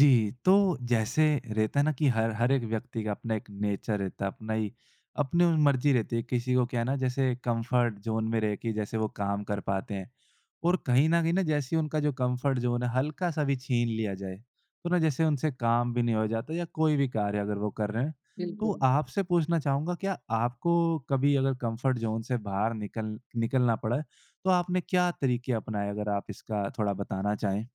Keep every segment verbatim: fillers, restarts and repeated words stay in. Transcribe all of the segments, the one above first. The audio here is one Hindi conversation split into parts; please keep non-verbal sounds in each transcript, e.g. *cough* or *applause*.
जी, तो जैसे रहता है ना कि हर हर एक व्यक्ति का अपना एक नेचर रहता है, अपना ही अपनी मर्ज़ी रहती है। किसी को क्या है ना जैसे कम्फ़र्ट ज़ोन में रह के जैसे वो काम कर पाते हैं और कहीं न कहीं ना जैसे ही उनका जो कम्फ़र्ट ज़ोन है हल्का-सा भी छीन लिया जाए, तो ना जैसे उनसे काम भी नहीं हो जाता या कोई भी कार्य अगर वो कर रहे हैं। तो बिल्कुल। आपसे पूछना चाहूँगा क्या आपको कभी अगर कम्फ़र्ट ज़ोन से बाहर निकल निकलना पड़ा है, तो आपने क्या तरीके अपनाए? अगर आप इसका थोड़ा बताना चाहें?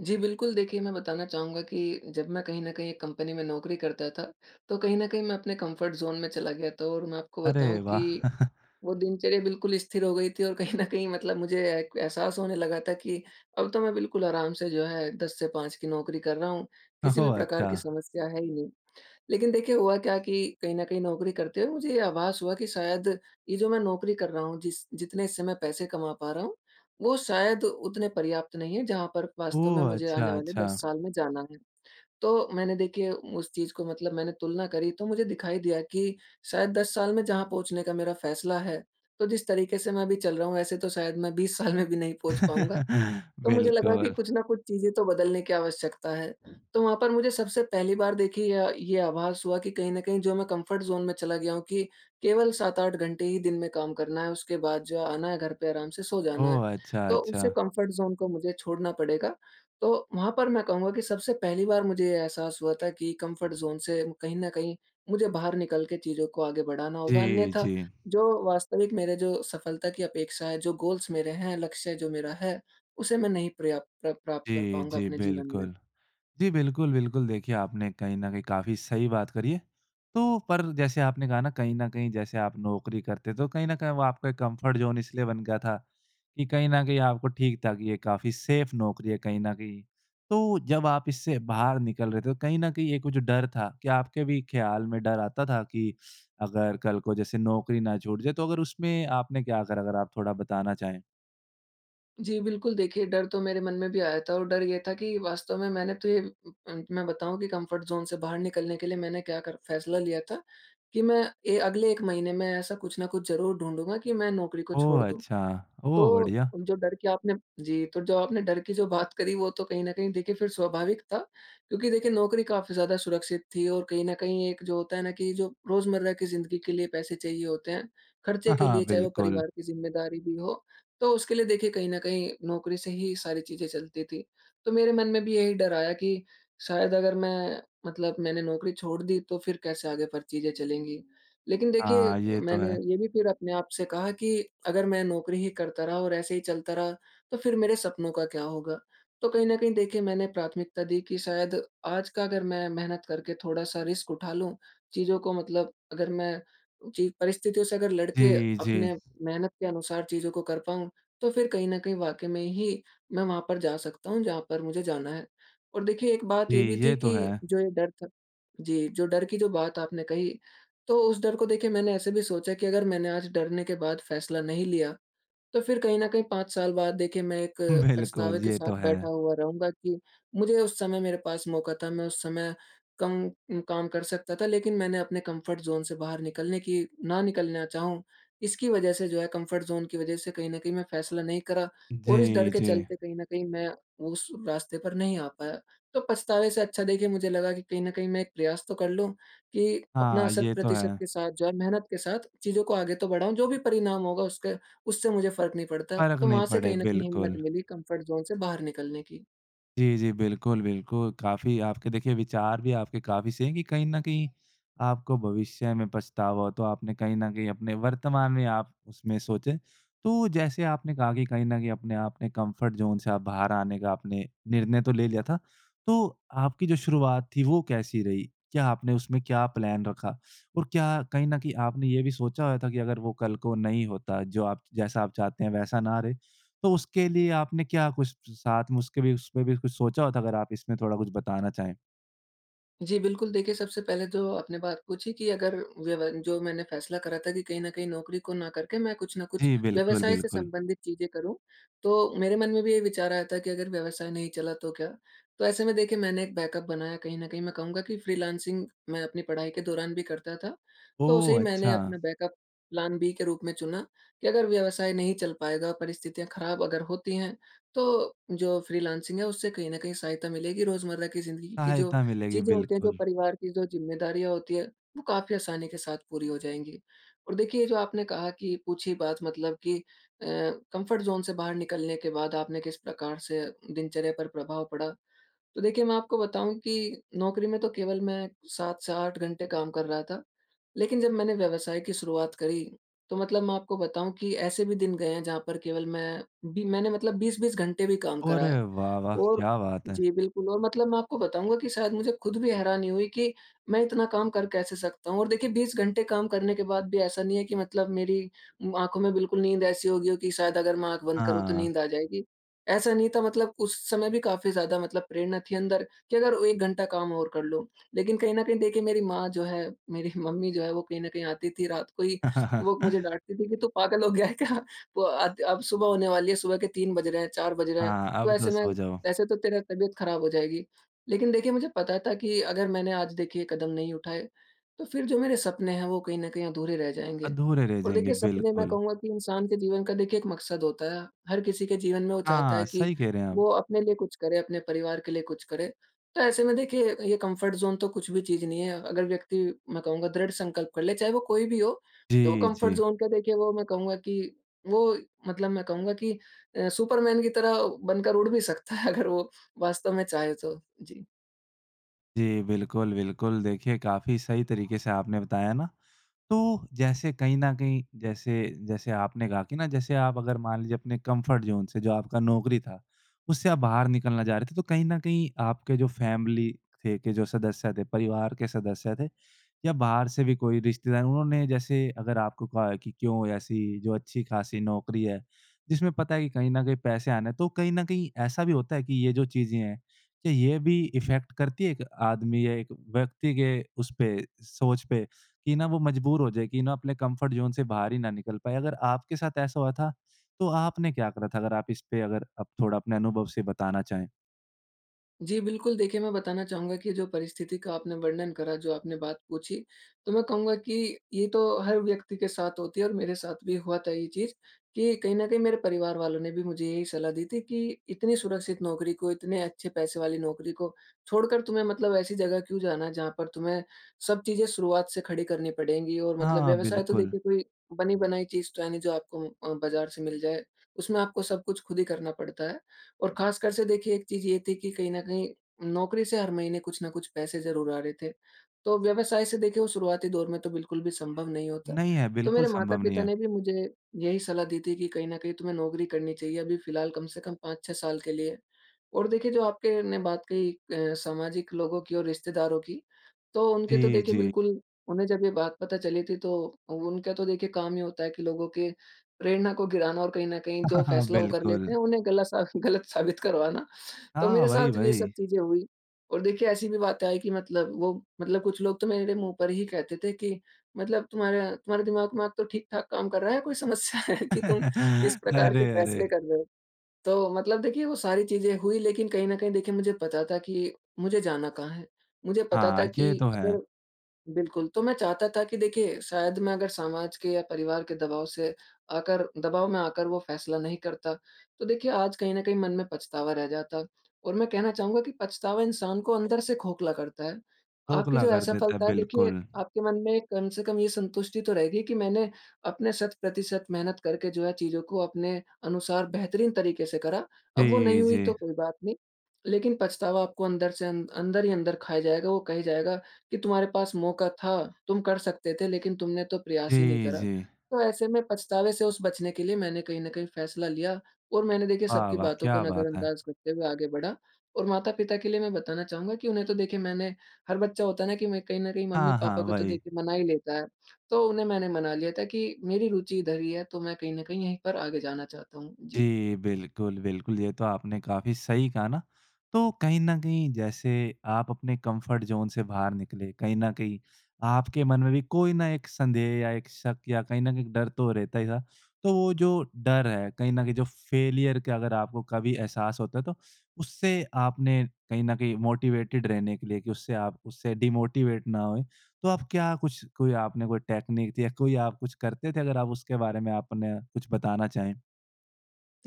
जी, बिल्कुल देखिए, मैं बताना चाहूँगा कि जब मैं कहीं न कहीं एक कंपनी में नौकरी करता था, तो कहीं न कहीं मैं अपने कम्फ़र्ट ज़ोन में चला गया था और मैं आपको अरे बताऊँ वाह! कि *laughs* वो दिनचर्या बिल्कुल स्थिर हो गई थी और कहीं न कहीं मतलब मुझे एक एहसास होने लगा था कि अब तो मैं बिल्कुल आराम से जो है दस से पाँच की नौकरी कर रहा हूँ, ओह! किसी भी प्रकार अच्छा। की समस्या है ही नहीं। लेकिन देखिए हुआ क्या कि कहीं न कहीं नौकरी करते हुए मुझे ये आभास हुआ कि शायद ये जो मैं नौकरी कर रहा हूँ जिस जितने इससे मैं पैसे कमा पा रहा हूँ, वो शायद उतने पर्याप्त नहीं है जहाँ पर वास्तव में ओह! मुझे अच्छा, आने वाले अच्छा। दस साल में जाना है। तो मैंने देखिए उस चीज़ को मतलब मैंने तुलना करी तो मुझे दिखाई दिया कि शायद दस साल में जहाँ पहुँचने का मेरा फ़ैसला है, तो जिस तरीके से मैं अभी चल रहा हूँ ऐसे तो शायद मैं बीस साल में भी नहीं पहुँच पाऊँगा। *laughs* तो मुझे लगा कि बिल्कुल। कुछ ना कुछ चीज़ें तो बदलने की आवश्यकता है। तो वहाँ पर मुझे सबसे पहली बार देखिए य ये आभास हुआ कि कहीं न कहीं जो मैं कम्फ़र्ट ज़ोन में चला गया हूँ कि केवल सात आठ घंटे ही दिन में काम करना है, उसके बाद जो आना है घर पे आराम से सो जाना है। ओह! अच्छा, तो अच्छा। उसे कम्फ़र्ट ज़ोन को मुझे छोड़ना पड़ेगा। तो वहाँ पर मैं कहूँगा कि सबसे पहली बार मुझे ये एहसास हुआ था कि कम्फ़र्ट ज़ोन से कहीं न कहीं मुझे बाहर निकल के चीज़ों को आगे बढ़ाना होगा। जी, अन्यथा जी। जो वास्तविक मेरे जो सफलता की अपेक्षा है, जो गोल्स मेरे हैं, लक्ष्य जो मेरा है, उसे मैं नहीं पर्या प्र प्राप्त जी, कर पाऊँगा जी, अपने जीवन में। बिल्कुल। जी, बिल्कुल, बिल्कुल, देखिए आपने कहीं न कहीं काफ़ी सही बात करी है। तो पर जैसे आपने कहा ना कहीं न कहीं जैसे आप नौकरी करते तो कहीं न कहीं वो आपका एक कम्फ़र्ट ज़ोन इसलिए बन गया था कि कहीं न कहीं आपको ठीक था कि ये काफ़ी सेफ़ नौकरी है कहीं न कहीं। तो जब आप इससे बाहर निकल रहे थे तो कहीं न कहीं एक वो जो डर था, क्या आपके भी ख़्याल में डर आता था कि अगर कल को जैसे नौकरी ना छूट जाए तो अगर उसमें आपने क्या करा? अगर आप थोड़ा बताना चाहें? जी, बिल्कुल देखिए डर तो मेरे मन में भी आया था और डर ये था कि वास्तव में मैंने तो ये अ, मैं बताऊँ कि कम्फ़र्ट ज़ोन से बाहर निकलने के लिए मैंने क्या कर फ़ैसला लिया था कि मैं ए अगले एक महीने में ऐसा कुछ ना कुछ ज़रूर ढूँढूँगा कि मैं नौकरी को ओह! छोड़ दूँ। अच्छा। ओह! तो बढ़िया। जो डर की आपने जी, तो जो आपने डर की जो बात करी वो तो कहीं न कहीं देखिए फिर स्वाभाविक था, क्योंकि देखिए नौकरी काफ़ी ज़्यादा सुरक्षित थी और कहीं न कहीं एक जो होता है ना कि जो रोज़मर्रा की ज़िंदगी के लिए पैसे चाहिए होते हैं, खर्चे हाँ, के हाँ, लिए चाहे वो बिल्कुल। परिवार की ज़िम्मेदारी भी हो, तो उसके लिए देखिए कहीं न कहीं नौकरी से ही सारी चीज़ें चलती थी। तो मेरे मन में भी यही डर आया कि शायद अगर मैं मतलब मैंने नौकरी छोड़ दी तो फिर कैसे आगे पर चीज़ें चलेंगी। लेकिन देखिए हाँ, ये तो मैंने है। ये भी फिर अपने आप से कहा कि अगर मैं नौकरी ही करता रहा और ऐसे ही चलता रहा, तो फिर मेरे सपनों का क्या होगा? तो कहीं न कहीं देखिए मैंने प्राथमिकता दी कि शायद आज का अगर मैं मेहनत करके थोड़ा-सा रिस्क उठा लूँ, चीज़ों को मतलब अगर मैं चीज़ परिस्थितियों से अगर लड़के जी, जी, अपने मेहनत के अनुसार चीज़ों को कर पाऊँ, तो फिर कहीं न कहीं वाक़ई में ही मैं वहाँ पर जा सकता हूँ जहाँ पर मुझे जाना है। और देखिए एक बात जी, ये भी थी ये तो है। कि जो ये डर था, जी, जो डर की जो बात आपने कही, तो उस डर को देखिए मैंने ऐसे भी सोचा कि अगर मैंने आज डरने के बाद फैसला नहीं लिया, तो फिर कहीं न कहीं पाँच साल बाद देखिए मैं एक *laughs* बिल्कुल, पछतावे के ये तो साथ है। बैठा हुआ रहूँगा कि मुझे उस समय मेरे पास मौका था, मैं उस समय कम उम, काम कर सकता था, लेकिन मैंने अपने कम्फ़र्ट ज़ोन से बाहर निकलने की ना निकलना चाहूँ, इसकी वज़ह से जो है कम्फ़र्ट ज़ोन की वज़ह से कहीं न कहीं मैं फ़ैसला नहीं करा और इस डर जी, के जी। चलते कहीं न कहीं मैं उस रास्ते पर नहीं आ पाया। तो पछतावे से अच्छा देखिए मुझे लगा कि कहीं न कहीं मैं एक प्रयास तो कर लूँ कि अपना हाँ, शत ये तो है। प्रतिशत के साथ जो है मेहनत के साथ चीज़ों को आगे तो बढ़ाऊँ, जो भी परिणाम होगा उसके उससे मुझे फ़र्क नहीं पड़ता। फ़र्क तो नहीं वहाँ से पड़े, कहीं न कहीं हिम्मत बिल्कुल। मिली कम्फ़र्ट ज़ोन से बाहर निकलने की। जी, जी। बिल्कुल, बिल्कुल। काफ़ी आपके देखिए विचार भी आपके काफ़ी सही हैं कि कहीं न कहीं आपको भविष्य में पछतावा हो, तो आपने कहीं न कहीं अपने वर्तमान में आप उसमें सोचें। तो जैसे आपने कहा कि कहीं न कहीं अपने आपने कम्फ़र्ट ज़ोन से आप बाहर आने का आपने निर्णय तो ले लिया था। तो आपकी जो शुरुआत थी वो कैसी रही? क्या आपने उसमें क्या प्लान रखा? और क्या कहीं न कहीं आपने ये भी सोचा हुआ था कि अगर वो कल को नहीं होता, जो आप जैसा आप चाहते हैं वैसा ना रहे तो उसके लिए आपने क्या कुछ साथ में उसके भी उसमें भी कुछ सोचा होता अगर आप इसमें थोड़ा कुछ बताना चाहें? जी, बिल्कुल देखिए सबसे पहले जो आपने बात पूछी कि अगर व्यव जो मैंने फैसला करा था कि कहीं न कहीं नौकरी को ना करके मैं कुछ न कुछ जी, बिल्कुल, व्यवसाय से बिल्कुल। संबंधित चीज़ें करूँ, तो मेरे मन में भी ये विचार आया था कि अगर व्यवसाय नहीं चला तो क्या? तो ऐसे में देखिए मैंने एक बैकअप बनाया, कहीं न कहीं मैं कहूँगा कि फ्रीलांसिंग मैं अपनी पढ़ाई के दौरान भी करता था। तो उसे ही ओह! मैंने अच्छा, अपना बैकअप प्लान बी के रूप में चुना कि अगर व्यवसाय नहीं चल पाएगा, परिस्थितियाँ खराब अगर होती हैं, तो जो फ्रीलांसिंग है उससे कहीं न कहीं सहायता मिलेगी, रोज़मर्रा की ज़िंदगी की जो सहायता मिलेगी चीज़ें होती हैं, जो बिल्कुल। परिवार की जो ज़िम्मेदारियाँ होती हैं, वो काफ़ी आसानी के साथ पूरी हो जाएँगी। और देखिए, ये जो आपने कहा कि पूछी बात मतलब कि अ, कम्फ़र्ट ज़ोन से बाहर निकलने के बाद आपने किस प्रकार से दिनचर्या पर प्रभाव पड़ा। तो देखिए, मैं आपको बताऊँ कि नौकरी में तो केवल मैं सात से आठ घंटे काम कर रहा था। लेकिन जब मैंने व्यवसाय की शुरुआत करी, तो मतलब मैं आपको बताऊँ कि ऐसे भी दिन गए हैं जहाँ पर केवल मैं बी मैंने मतलब बीस बीस घंटे भी काम करा और है। वाह, वाह! और क्या बात है। जी, बिल्कुल, और मतलब मैं आपको बताऊँगा कि शायद मुझे खुद भी हैरानी हुई कि मैं इतना काम कर कैसे सकता हूँ, और देखिए बीस घंटे काम करने के बाद भी ऐसा नहीं है कि मतलब मेरी उम, आँखों में बिल्कुल नींद ऐसी हो गई हो कि शायद अगर मैं आँख बंद करूँ तो हाँ। नींद आ जाएगी। ऐसा नहीं था, मतलब उस समय भी काफ़ी ज़्यादा मतलब प्रेरणा थी अंदर कि अगर एक घंटा काम और कर लूँ। लेकिन कहीं न कहीं देखिए मेरी माँ जो है, मेरी *laughs* मम्मी जो है वो कहीं न कहीं आती थी रात को ही, वो मुझे *laughs* डाँटती थी कि तू पागल हो गया है क्या? वो अत अब सुबह होने वाली है, सुबह के तीन बज रहे हैं, चार बज रहे हैं। हाँ, तो अब तो ऐसे में सो जाओ। ऐसे तो तेरा तबीयत खराब हो जाएगी। लेकिन देखिए मुझे पता था कि अगर मैंने आज देखिए कदम नहीं उठाए, तो फिर जो मेरे सपने हैं वो कहीं न कहीं अधूरे रह जाएँगे। अधूरे रह और जाएँगे, देखिए सपने, मैं बिल्कुल। कहूँगा कि इंसान के जीवन का देखिए एक मकसद होता है। हर किसी के जीवन में वो चाहता हाँ, है कि सही कह रहे हैं आप। वो अपने लिए कुछ करे, अपने परिवार के लिए कुछ करे। तो ऐसे में देखिए ये कम्फ़र्ट ज़ोन तो कुछ भी चीज़ नहीं है। अगर व्यक्ति, मैं कहूँगा, दृढ़ संकल्प कर ले, चाहे वो कोई भी हो, तो वो जी, कम्फ़र्ट जी। ज़ोन का देखिए, वो मैं कहूँगा कि वो मतलब मैं कहूँगा कि अ, सुपरमैन की तरह बनकर उड़ भी सकता है अगर वो वास्तव में चाहे तो। जी। जी, बिल्कुल, बिल्कुल। देखिए काफ़ी सही तरीके से आपने बताया ना तो जैसे कहीं न कहीं जैसे जैसे आपने कहा कि ना जैसे आप अगर मान लीजिए अपने कम्फ़र्ट ज़ोन से जो आपका नौकरी था, उससे आप बाहर निकलना चाह रहे थे, तो कहीं न कहीं आपके जो फैमिली थे के जो सदस्य थे, परिवार के सदस्य थे या बाहर से भी कोई रिश्तेदार उन्होंने जैसे अगर आपको कहा कि क्यों ऐसी जो अच्छी-खासी नौकरी है, जिसमें पता है कि कहीं न कहीं पैसे आने हैं, तो कहीं न कहीं ऐसा भी होता है कि ये जो चीज़ें हैं, क्या ये भी इफ़ेक्ट करती है एक आदमी या एक व्यक्ति के उस पे, सोच पे? कि ना वो मजबूर हो जाए कि ना अपने कंफर्ट ज़ोन से बाहर ही ना निकल पाए। अगर आपके साथ ऐसा हुआ था, तो आपने क्या करा था? अगर आप इस पे अगर आप थोड़ा अपने अनुभव से बताना चाहें। जी, बिल्कुल देखिए, मैं बताना चाहूँगा कि जो परिस्थिति का आपने वर्णन करा, जो आपने बात पूछी, तो मैं कहूँगा कि ये तो हर व्यक्ति के साथ होती है और मेरे साथ भी हुआ था ये चीज़ कि कहीं न कहीं मेरे परिवार वालों ने भी मुझे यही सलाह दी थी कि इतनी सुरक्षित नौकरी को, इतने अच्छे पैसे वाली नौकरी को छोड़कर तुम्हें मतलब ऐसी जगह क्यों जाना है जहाँ पर तुम्हें सब चीज़ें शुरुआत से खड़ी करनी पड़ेंगी, और मतलब हाँ, व्यवसाय तो बिल्कुल। देखिए कोई बनी-बनाई चीज़ तो है नहीं जो आपको अ, बाज़ार से मिल जाए, उसमें आपको सब कुछ खुद ही करना पड़ता है। और ख़ासकर से देखिए एक चीज़ ये थी कि कहीं न कहीं नौकरी से हर महीने कुछ न कुछ पैसे ज़रूर आ रहे थे। तो व्यवसाय से देखिए वो शुरुआती दौर में तो बिल्कुल भी संभव नहीं होता। नहीं है, तो बिल्कुल मेरे संभव नहीं माता-पिता है। ने भी मुझे यही सलाह दी थी कि कहीं न कहीं तुम्हें नौकरी करनी चाहिए अभी फ़िलहाल कम से कम पाँच छह साल के लिए। और देखिए जो आपके ने बात कही अ, सामाजिक लोगों की और रिश्तेदारों की, तो उनकी तो जी, देखिए जी। बिल्कुल, उन्हें जब ये बात पता चली थी तो उनका तो देखिए काम ही होता है कि लोगों के प्रेरणा को गिराना और कहीं न कहीं जो *laughs* हाँ फ़ैसला वो कर बिल्कुल। लेते हैं, उन्हें गलत सा *laughs* गलत साबित करवाना। तो हाँ, मेरे वही, साथ भी ये वही। सब चीज़ें हुई और देखिए ऐसी भी बातें आई कि मतलब वो मतलब कुछ लोग तो मेरे मुँह पर ही कहते थे कि मतलब तुम्हारा तुम्हारा दिमाग-विमाग तो ठीक-ठाक काम कर रहा है, कोई समस्या है कि तुम इस *laughs* प्रकार अरे, के अरे! फ़ैसले कर रहे हो? तो मतलब देखिए वो सारी चीज़ें हुई, लेकिन कहीं न कहीं देखिए मुझे पता था कि मुझे जाना कहाँ है। मुझे पता था हाँ, कि ये तो है। अगर बिल्कुल, तो मैं चाहता था कि देखिए शायद मैं अगर समाज के या परिवार के दबाव से आकर दबाव में आकर वो फैसला नहीं करता, तो देखिए आज कहीं न कहीं मन में पछतावा रह जाता। और मैं कहना चाहूँगा कि पछतावा इंसान को अंदर से खोखला करता है। आपकी खोखला जो कर देता है, असफलता है देखिए, बिल्कुल। आपके मन में कम से कम ये संतुष्टि तो रहेगी कि मैंने अपने शत प्रतिशत मेहनत करके जो है चीज़ों को अपने अनुसार बेहतरीन तरीके से करा, अब वो जी, नहीं हुई जी। तो कोई बात नहीं। लेकिन पछतावा आपको अंदर से अं अंदर ही अंदर खाए जाएगा, वो कहे जाएगा कि तुम्हारे पास मौका था, तुम कर सकते थे, लेकिन तुमने तो प्रयास ही नहीं जी, करा। जी। तो ऐसे में पछतावे से उस बचने के लिए मैंने कहीं न कहीं फैसला लिया और मैंने देखिए वाह, सबकी वाह! बातों को क्या बात है। नज़रअंदाज़ करते हुए आगे बढ़ा। और माता-पिता के लिए मैं बताना चाहूँगा कि उन्हें तो देखिए मैंने, हर बच्चा होता है ना कि मैं कहीं न कहीं हाँ, हाँ, मम्मी-पापा को तो वही। देखिए मना ही लेता है। तो उन्हें मैंने मना लिया था कि मेरी रुचि इधर ही है, तो मैं कहीं न कहीं यहीं पर आगे जाना चाहता हूँ। जी। जी, बिल्कुल, बिल्कुल, ये तो आपने काफ़ी सही कहा ना। तो कहीं न कहीं जैसे आप अपने कम्फ़र्ट ज़ोन से बाहर निकले, कहीं न कहीं आपके मन में भी कोई ना एक संदेह या एक शक या कहीं न कहीं डर तो रहता ही था। तो वो जो डर है, कहीं न कहीं जो फ़ेलियर का अगर आपको कभी एहसास होता है, तो उससे आपने कहीं न कहीं मोटिवेटेड रहने के लिए कि उससे आप उससे डिमोटिवेट ना होएँ, तो आप क्या कुछ कोई आपने कोई टेक्निक थी या कोई आप कुछ करते थे? अगर आप उसके बारे में आपने कुछ बताना चाहें।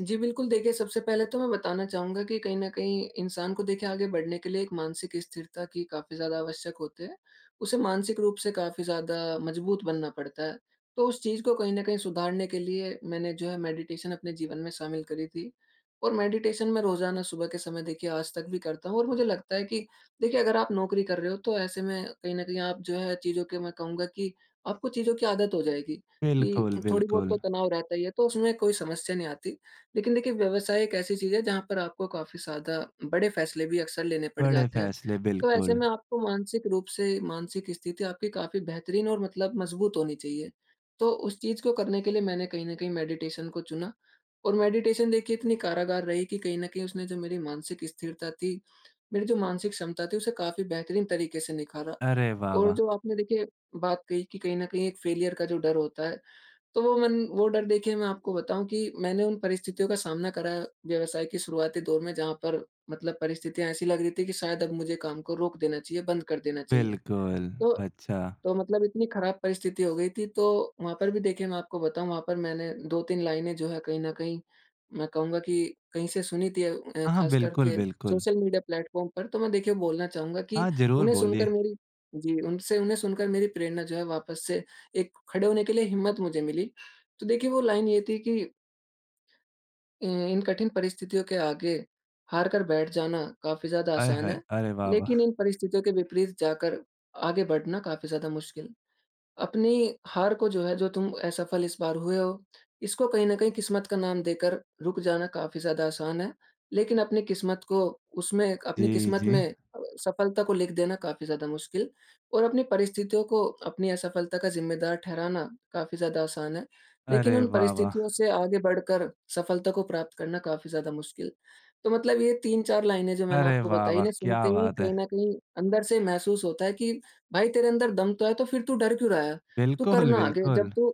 जी, बिल्कुल देखिए सबसे पहले तो मैं बताना चाहूँगा कि कहीं न कहीं इंसान को देखिए आगे बढ़ने के लिए एक मानसिक स्थिरता की काफ़ी ज़्यादा आवश्यक होती है। उसे मानसिक रूप से काफ़ी ज़्यादा मजबूत बनना पड़ता है। तो उस चीज़ को कहीं न कहीं सुधारने के लिए मैंने जो है मेडिटेशन अपने जीवन में शामिल करी थी। और मेडिटेशन मैं रोज़ाना सुबह के समय देखिए आज तक भी करता हूँ, और मुझे लगता है कि देखिए, अगर आप नौकरी कर रहे हो तो ऐसे में कहीं न कहीं आप जो है चीज़ों के, मैं कहूँगा कि आपको चीज़ों की आदत हो जाएगी कि बिल्कुल, थोड़ी बहुत बिल्कुल। तो तनाव रहता ही है, तो उसमें कोई समस्या नहीं आती। लेकिन देखिए, व्यवसाय एक ऐसी चीज़ है जहाँ पर आपको काफ़ी ज़्यादा बड़े फैसले भी अक्सर लेने पड़ बड़े जाते हैं। फ़ैसले तो ऐसे बिल्कुल। में आपको मानसिक रूप से, मानसिक स्थिति आपकी काफ़ी बेहतरीन और मतलब मजबूत होनी चाहिए। तो उस चीज़ को करने के लिए मैंने कहीं न कहीं मेडिटेशन को चुना, और मेडिटेशन देखिए इतनी कारागार रही कि कहीं न कहीं उसने जो मेरी मानसिक स्थिरता थी, मेरी जो मानसिक क्षमता थी, उसे काफ़ी बेहतरीन तरीके से निखारा। अरे वाह, और वाह! जो आपने देखिए बात कही कि कहीं न कहीं एक फेलियर का जो डर होता है, तो वो मन वो डर देखिए मैं आपको बताऊँ कि मैंने उन परिस्थितियों का सामना करा व्यवसाय के शुरुआती दौर में, जहाँ पर मतलब परिस्थितियाँ ऐसी लग रही थी कि शायद अब मुझे काम को रोक देना चाहिए, बंद कर देना चाहिए। बिल्कुल, तो अच्छा। तो मतलब इतनी खराब परिस्थिति हो गई थी, तो वहाँ पर भी देखिए मैं आपको बताऊँ, वहाँ पर मैंने दो तीन लाइनें जो है कहीं न कहीं, मैं कहूँगा कि कहीं से सुनी थी, अ अ, हाँ, हाँ, ख़ास बिल्कुल, करके बिल्कुल। सोशल मीडिया प्लेटफ़ॉर्म पर। तो मैं देखिए बोलना चाहूँगा कि हाँ, ज़रूर उन्हें बोलिए। सुनकर मेरी जी, उनसे उन्हें सुनकर मेरी प्रेरणा जो है वापस से, एक खड़े होने के लिए हिम्मत मुझे मिली। तो देखिए वो लाइन ये थी कि अ, "इन कठिन परिस्थितियों के आगे हार कर बैठ जाना काफ़ी ज़्यादा आय आसान हाय! है, अरे वाह, वाह! लेकिन इन परिस्थितियों के विपरीत जाकर आगे बढ़ना काफ़ी ज़्यादा मुश्किल है।" अपनी हार को जो है, जो तुम असफल इस बार हुए हो, इसको कहीं न कहीं किस्मत का नाम देकर रुक जाना काफ़ी ज़्यादा आसान है। लेकिन अपनी किस्मत को, उसमें अपनी जी, किस्मत जी। में अ, सफलता को लिख देना काफ़ी ज़्यादा मुश्किल, और अपनी परिस्थितियों को अपनी असफलता का ज़िम्मेदार ठहराना काफ़ी ज़्यादा आसान है। लेकिन अरे उन वाह, वाह! परिस्थितियों से आगे बढ़कर सफलता को प्राप्त करना काफ़ी ज़्यादा मुश्किल। तो मतलब ये तीन चार लाइनें जो मैंने अरे आपको वाह, बताई, वाह! इन्हें क्या सुनते ही बात है। कहीं न कहीं अंदर से महसूस होता है कि भाई तेरे अंदर दम तो है, तो फिर तू डर क्यों रहा है? तू बिल्कुल, करना आगे, जब बिल्कुल। तू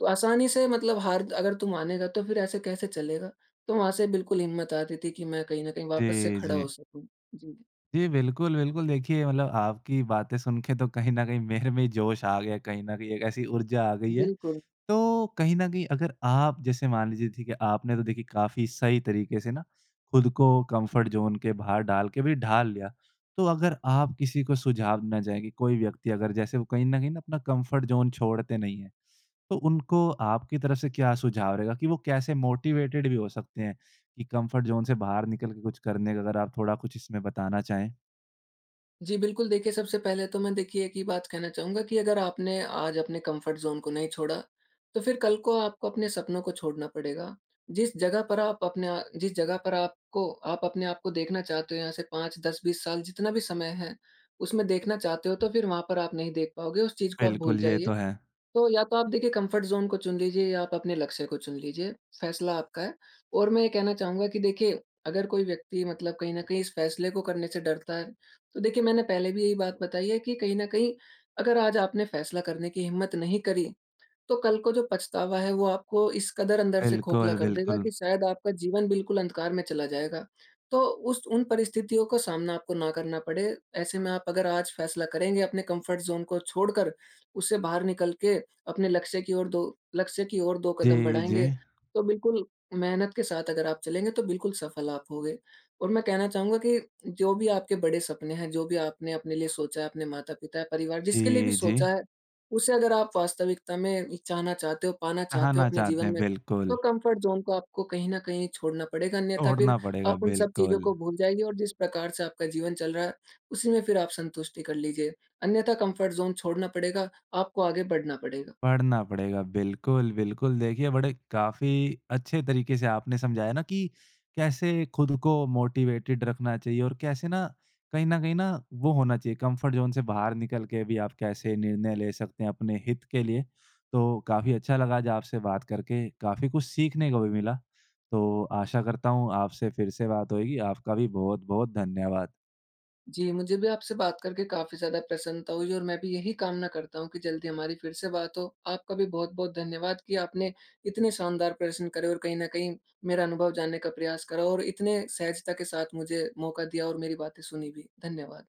तू आसानी से मतलब हार अगर तू मानेगा तो फिर ऐसे कैसे चलेगा? तो वहाँ से बिल्कुल हिम्मत आती थी कि मैं कहीं न कहीं वापस से जी, खड़ा हो जी। सकूँ। जी। जी, बिल्कुल, बिल्कुल। देखिए मतलब आपकी बातें सुन के तो कहीं न कहीं मेरे में जोश आ गया, कहीं न कहीं एक ऐसी ऊर्जा आ गई है बिल्कुल। तो कहीं न कहीं अगर आप जैसे मान लीजिए ठीक है, आपने तो देखिए काफ़ी सही तरीके से ना खुद को कंफर्ट ज़ोन के बाहर डाल के भी ढाल लिया। तो अगर आप किसी को सुझाव देना चाहेंगे, कोई व्यक्ति अगर जैसे वो कहीं न कहीं ना अपना कंफर्ट ज़ोन छोड़ते नहीं हैं, तो उनको आपकी तरफ से क्या सुझाव रहेगा कि वो कैसे मोटिवेटेड भी हो सकते हैं कि कंफर्ट ज़ोन से बाहर निकल के कुछ करने का? अगर आप थोड़ा कुछ इसमें बताना चाहें। जी, बिल्कुल देखिए सबसे पहले तो मैं देखिए एक ही बात कहना चाहूँगा कि अगर आपने आज अपने कम्फ़र्ट ज़ोन को नहीं छोड़ा, तो फिर कल को आपको अपने सपनों को छोड़ना पड़ेगा। जिस जगह पर आप अपने आ जिस जगह पर आपको आप अपने आप को देखना चाहते हो, यहाँ से पाँच, दस, बीस साल जितना भी समय है, उसमें देखना चाहते हो, तो फिर वहाँ पर आप नहीं देख पाओगे, उस चीज़ को आप भूल बिल्कुल, ये तो जाइए। है। तो या तो आप देखिए कंफर्ट ज़ोन को चुन लीजिए, या आप अपने लक्ष्य को चुन लीजिए, फ़ैसला आपका है। और मैं ये कहना चाहूँगा कि देखिए, अगर कोई व्यक्ति मतलब कहीं न कहीं इस फ़ैसले को करने से डरता है, तो देखिए मैंने पहले भी यही बात बताई है कि कहीं न कहीं अगर आज आपने फ़ैसला करने की हिम्मत नहीं करी, तो कल को जो पछतावा है वो आपको इस कदर अंदर से खोखला बिल्कुल, कर देगा बिल्कुल। कि शायद आपका जीवन बिल्कुल अंधकार में चला जाएगा। तो उस उन परिस्थितियों का सामना आपको ना करना पड़े, ऐसे में आप अगर आज फैसला करेंगे अपने कम्फ़र्ट ज़ोन को छोड़कर, उससे बाहर निकल के अपने लक्ष्य की ओर दो लक्ष्य की ओर दो कदम जी, जी। बढ़ाएँगे, तो बिल्कुल मेहनत के साथ अगर आप चलेंगे तो बिल्कुल सफल आप होंगे। और मैं कहना चाहूँगा कि जो भी आपके बड़े सपने हैं, जो भी आपने अपने लिए सोचा है, अपने माता-पिता, परिवार जिसके लिए भी जी, जी। सोचा है, उसे अगर आप वास्तविकता में चाहना चाहते हो, पाना चाहते हो चाहना अपने चाहते जीवन हैं, में, बिल्कुल। तो कम्फर्ट ज़ोन को आपको कहीं न कहीं छोड़ना पड़ेगा, अन्यथा फिर छोड़ना पड़ेगा, आप उन सब चीज़ों बिल्कुल। को भूल जाइए और जिस प्रकार से आपका जीवन चल रहा है, उसी में फिर आप संतुष्टि कर लीजिए। अन्यथा कम्फर्ट ज़ोन छोड़ना पड़ेगा, आपको आगे बढ़ना पड़ेगा। पढ़ना पड़ेगा, बिल्कुल, बिल्कुल। देखिए, बड़े काफ़ी अच्छे तरीके से आपने समझाया ना कि कैसे खुद को मोटिवेटेड रखना चाहिए और कैसे ना कहीं न कहीं ना वो होना चाहिए, कम्फर्ट ज़ोन से बाहर निकल के भी आप कैसे निर्णय ले सकते हैं अपने हित के लिए। तो काफ़ी अच्छा लगा आज आपसे बात करके, काफ़ी कुछ सीखने को भी मिला। तो आशा करता हूँ आपसे फिर से बात होएगी। आपका भी बहुत-बहुत धन्यवाद। जी, मुझे भी आपसे बात करके काफ़ी ज़्यादा प्रसन्नता हुई, और मैं भी यही कामना करता हूँ कि जल्दी हमारी फिर से बात हो। आपका भी बहुत-बहुत धन्यवाद कि आपने इतने शानदार प्रश्न करे और कहीं न कहीं मेरा अनुभव जानने का प्रयास करा और इतने सहजता के साथ मुझे मौका दिया और मेरी बातें सुनी भी। धन्यवाद।